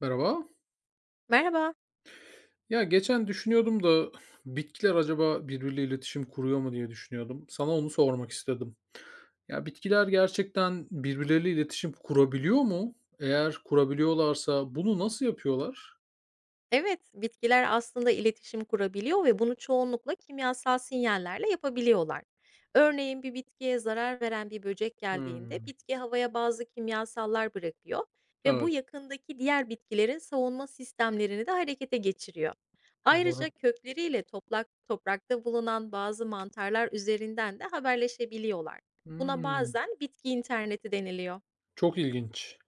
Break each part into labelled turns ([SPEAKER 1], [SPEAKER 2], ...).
[SPEAKER 1] Merhaba.
[SPEAKER 2] Merhaba.
[SPEAKER 1] Ya geçen düşünüyordum da bitkiler acaba birbiriyle iletişim kuruyor mu diye düşünüyordum. Sana onu sormak istedim. Ya bitkiler gerçekten birbirleriyle iletişim kurabiliyor mu? Eğer kurabiliyorlarsa bunu nasıl yapıyorlar?
[SPEAKER 2] Evet, bitkiler aslında iletişim kurabiliyor ve bunu çoğunlukla kimyasal sinyallerle yapabiliyorlar. Örneğin bir bitkiye zarar veren bir böcek geldiğinde
[SPEAKER 1] Hmm,
[SPEAKER 2] bitki havaya bazı kimyasallar bırakıyor ve bu
[SPEAKER 1] evet,
[SPEAKER 2] yakındaki diğer bitkilerin savunma sistemlerini de harekete geçiriyor. Ayrıca
[SPEAKER 1] doğru.
[SPEAKER 2] kökleriyle toprak, toprakta bulunan bazı mantarlar üzerinden de haberleşebiliyorlar. Buna
[SPEAKER 1] Hmm,
[SPEAKER 2] bazen bitki interneti deniliyor.
[SPEAKER 1] çok ilginç.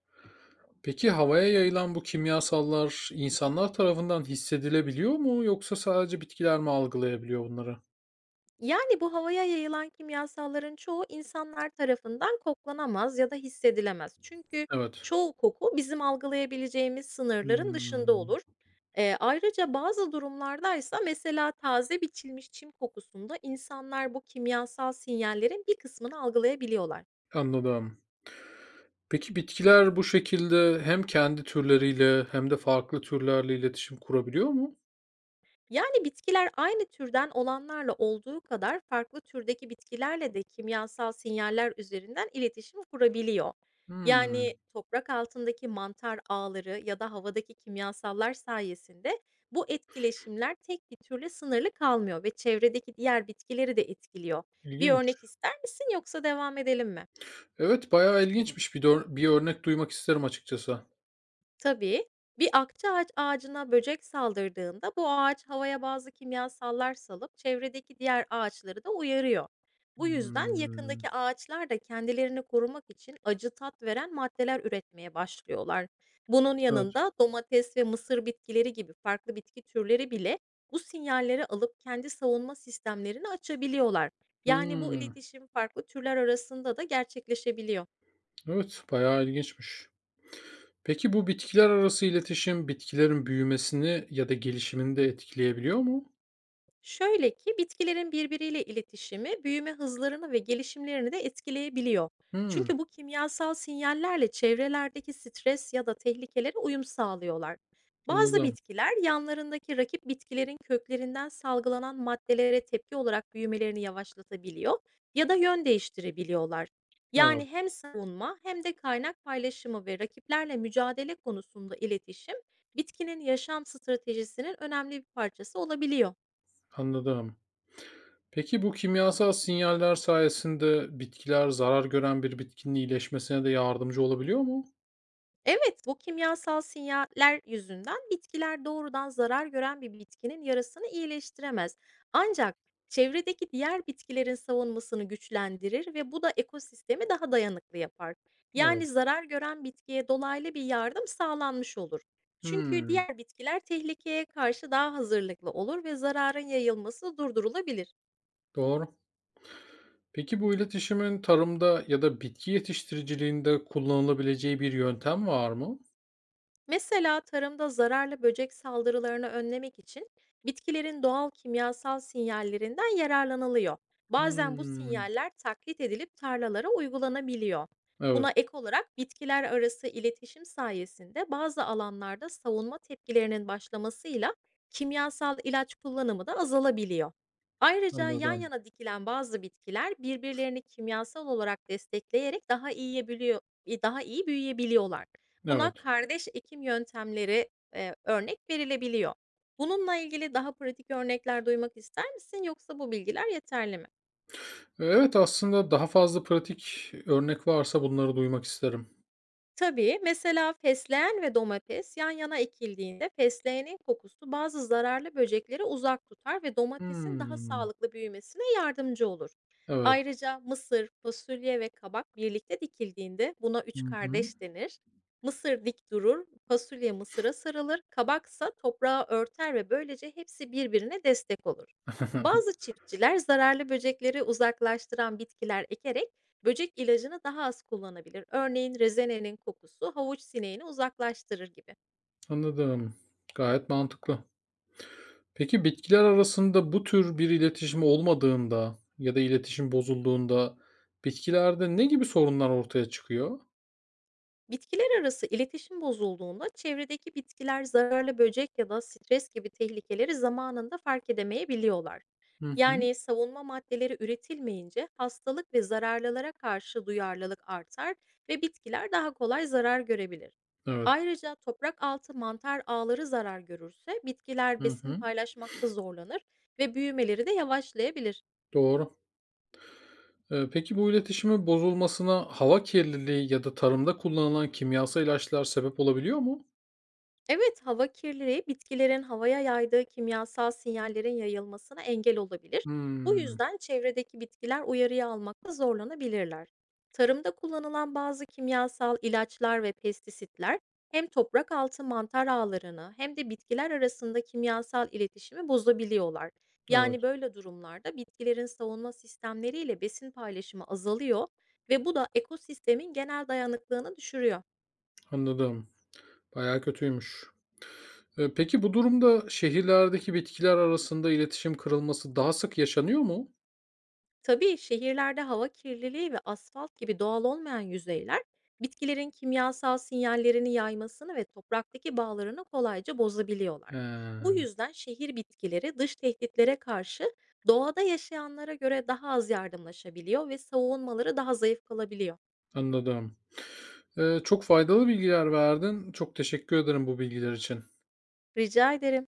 [SPEAKER 1] Peki havaya yayılan bu kimyasallar insanlar tarafından hissedilebiliyor mu yoksa sadece bitkiler mi algılayabiliyor bunları?
[SPEAKER 2] Yani bu havaya yayılan kimyasalların çoğu insanlar tarafından koklanamaz ya da hissedilemez. Çünkü
[SPEAKER 1] Evet.
[SPEAKER 2] çoğu koku bizim algılayabileceğimiz sınırların dışında
[SPEAKER 1] Hmm,
[SPEAKER 2] olur. Ayrıca bazı durumlardaysa mesela taze biçilmiş çim kokusunda insanlar bu kimyasal sinyallerin bir kısmını algılayabiliyorlar.
[SPEAKER 1] anladım. Peki bitkiler bu şekilde hem kendi türleriyle hem de farklı türlerle iletişim kurabiliyor mu?
[SPEAKER 2] Yani bitkiler aynı türden olanlarla olduğu kadar farklı türdeki bitkilerle de kimyasal sinyaller üzerinden iletişim kurabiliyor.
[SPEAKER 1] Hımm,
[SPEAKER 2] Yani toprak altındaki mantar ağları ya da havadaki kimyasallar sayesinde bu etkileşimler tek bir türle sınırlı kalmıyor ve çevredeki diğer bitkileri de etkiliyor. Bir
[SPEAKER 1] ilginç.
[SPEAKER 2] örnek ister misin, yoksa devam edelim mi?
[SPEAKER 1] Evet, bayağı ilginçmiş. Bir de bir örnek duymak isterim açıkçası.
[SPEAKER 2] Tabii. Bir akçaağaç ağacına böcek saldırdığında bu ağaç havaya bazı kimyasallar salıp çevredeki diğer ağaçları da uyarıyor. Bu yüzden
[SPEAKER 1] Hımm,
[SPEAKER 2] yakındaki ağaçlar da kendilerini korumak için acı tat veren maddeler üretmeye başlıyorlar. Bunun
[SPEAKER 1] evet.
[SPEAKER 2] yanında domates ve mısır bitkileri gibi farklı bitki türleri bile bu sinyalleri alıp kendi savunma sistemlerini açabiliyorlar. Yani bu
[SPEAKER 1] Hımm,
[SPEAKER 2] iletişim farklı türler arasında da gerçekleşebiliyor.
[SPEAKER 1] evet, bayağı ilginçmiş. Peki bu bitkiler arası iletişim bitkilerin büyümesini ya da gelişimini de etkileyebiliyor mu?
[SPEAKER 2] Şöyle ki, bitkilerin birbiriyle iletişimi büyüme hızlarını ve gelişimlerini de etkileyebiliyor.
[SPEAKER 1] Hımm,
[SPEAKER 2] Çünkü bu kimyasal sinyallerle çevrelerdeki stres ya da tehlikelere uyum sağlıyorlar. Bazı
[SPEAKER 1] anladım.
[SPEAKER 2] bitkiler yanlarındaki rakip bitkilerin köklerinden salgılanan maddelere tepki olarak büyümelerini yavaşlatabiliyor ya da yön değiştirebiliyorlar. Yani
[SPEAKER 1] Evet,
[SPEAKER 2] hem savunma, hem de kaynak paylaşımı ve rakiplerle mücadele konusunda iletişim, bitkinin yaşam stratejisinin önemli bir parçası olabiliyor.
[SPEAKER 1] anladım. Peki bu kimyasal sinyaller sayesinde bitkiler zarar gören bir bitkinin iyileşmesine de yardımcı olabiliyor mu?
[SPEAKER 2] Evet, bu kimyasal sinyaller yüzünden bitkiler doğrudan zarar gören bir bitkinin yarasını iyileştiremez. Ancak çevredeki diğer bitkilerin savunmasını güçlendirir ve bu da ekosistemi daha dayanıklı yapar.
[SPEAKER 1] Evet.
[SPEAKER 2] Yani zarar gören bitkiye dolaylı bir yardım sağlanmış olur. Çünkü
[SPEAKER 1] Hmm,
[SPEAKER 2] diğer bitkiler tehlikeye karşı daha hazırlıklı olur ve zararın yayılması durdurulabilir.
[SPEAKER 1] doğru. Peki bu iletişimin tarımda ya da bitki yetiştiriciliğinde kullanılabileceği bir yöntem var mı?
[SPEAKER 2] Mesela tarımda zararlı böcek saldırılarını önlemek için bitkilerin doğal kimyasal sinyallerinden yararlanılıyor. Bazen bu
[SPEAKER 1] Hmm,
[SPEAKER 2] sinyaller taklit edilip tarlalara uygulanabiliyor.
[SPEAKER 1] evet,
[SPEAKER 2] Buna ek olarak, bitkiler arası iletişim sayesinde bazı alanlarda savunma tepkilerinin başlamasıyla kimyasal ilaç kullanımı da azalabiliyor. Ayrıca yan
[SPEAKER 1] anladım.
[SPEAKER 2] yana dikilen bazı bitkiler birbirlerini kimyasal olarak destekleyerek daha daha iyi büyüyebiliyorlar. Buna
[SPEAKER 1] Evet.
[SPEAKER 2] kardeş ekim yöntemleri örnek verilebiliyor. Bununla ilgili daha pratik örnekler duymak ister misin, yoksa bu bilgiler yeterli mi?
[SPEAKER 1] Evet, aslında daha fazla pratik örnek varsa bunları duymak isterim.
[SPEAKER 2] Tabii, mesela fesleğen ve domates yan yana ekildiğinde fesleğenin kokusu bazı zararlı böcekleri uzak tutar ve domatesin daha
[SPEAKER 1] Hmm,
[SPEAKER 2] sağlıklı büyümesine yardımcı olur.
[SPEAKER 1] evet.
[SPEAKER 2] Ayrıca mısır, fasulye ve kabak birlikte dikildiğinde buna
[SPEAKER 1] Hı
[SPEAKER 2] üç
[SPEAKER 1] hı.
[SPEAKER 2] kardeş denir. Mısır dik durur, fasulye mısıra sarılır, kabaksa toprağı örter ve böylece hepsi birbirine destek olur. Bazı çiftçiler zararlı böcekleri uzaklaştıran bitkiler ekerek böcek ilacını daha az kullanabilir. Örneğin rezenenin kokusu havuç sineğini uzaklaştırır gibi.
[SPEAKER 1] Anladım. Gayet mantıklı. Peki bitkiler arasında bu tür bir iletişim olmadığında ya da iletişim bozulduğunda bitkilerde ne gibi sorunlar ortaya çıkıyor?
[SPEAKER 2] Bitkiler arası iletişim bozulduğunda çevredeki bitkiler zararlı böcek ya da stres gibi tehlikeleri zamanında fark edemeyebiliyorlar.
[SPEAKER 1] Hı hı.
[SPEAKER 2] Yani savunma maddeleri üretilmeyince hastalık ve zararlılara karşı duyarlılık artar ve bitkiler daha kolay zarar görebilir.
[SPEAKER 1] Evet.
[SPEAKER 2] Ayrıca toprak altı mantar ağları zarar görürse bitkiler
[SPEAKER 1] Hı
[SPEAKER 2] besin
[SPEAKER 1] hı.
[SPEAKER 2] paylaşmakta zorlanır ve büyümeleri de yavaşlayabilir.
[SPEAKER 1] Doğru. Peki bu iletişimin bozulmasına hava kirliliği ya da tarımda kullanılan kimyasal ilaçlar sebep olabiliyor mu?
[SPEAKER 2] Evet, hava kirliliği bitkilerin havaya yaydığı kimyasal sinyallerin yayılmasına engel olabilir. Bu
[SPEAKER 1] Hımm.
[SPEAKER 2] yüzden çevredeki bitkiler uyarıyı almakta zorlanabilirler. Tarımda kullanılan bazı kimyasal ilaçlar ve pestisitler hem toprak altı mantar ağlarını hem de bitkiler arasında kimyasal iletişimi bozabiliyorlar.
[SPEAKER 1] Evet,
[SPEAKER 2] Yani böyle durumlarda bitkilerin savunma sistemleriyle besin paylaşımı azalıyor ve bu da ekosistemin genel dayanıklılığını düşürüyor.
[SPEAKER 1] anladım. Bayağı kötüymüş. Peki bu durumda şehirlerdeki bitkiler arasında iletişim kırılması daha sık yaşanıyor mu?
[SPEAKER 2] Tabii şehirlerde hava kirliliği ve asfalt gibi doğal olmayan yüzeyler bitkilerin kimyasal sinyallerini yaymasını ve topraktaki bağlarını kolayca bozabiliyorlar.
[SPEAKER 1] He,
[SPEAKER 2] Bu yüzden şehir bitkileri dış tehditlere karşı doğada yaşayanlara göre daha az yardımlaşabiliyor ve savunmaları daha zayıf kalabiliyor.
[SPEAKER 1] anladım. Çok faydalı bilgiler verdin. Çok teşekkür ederim bu bilgiler için.
[SPEAKER 2] Rica ederim.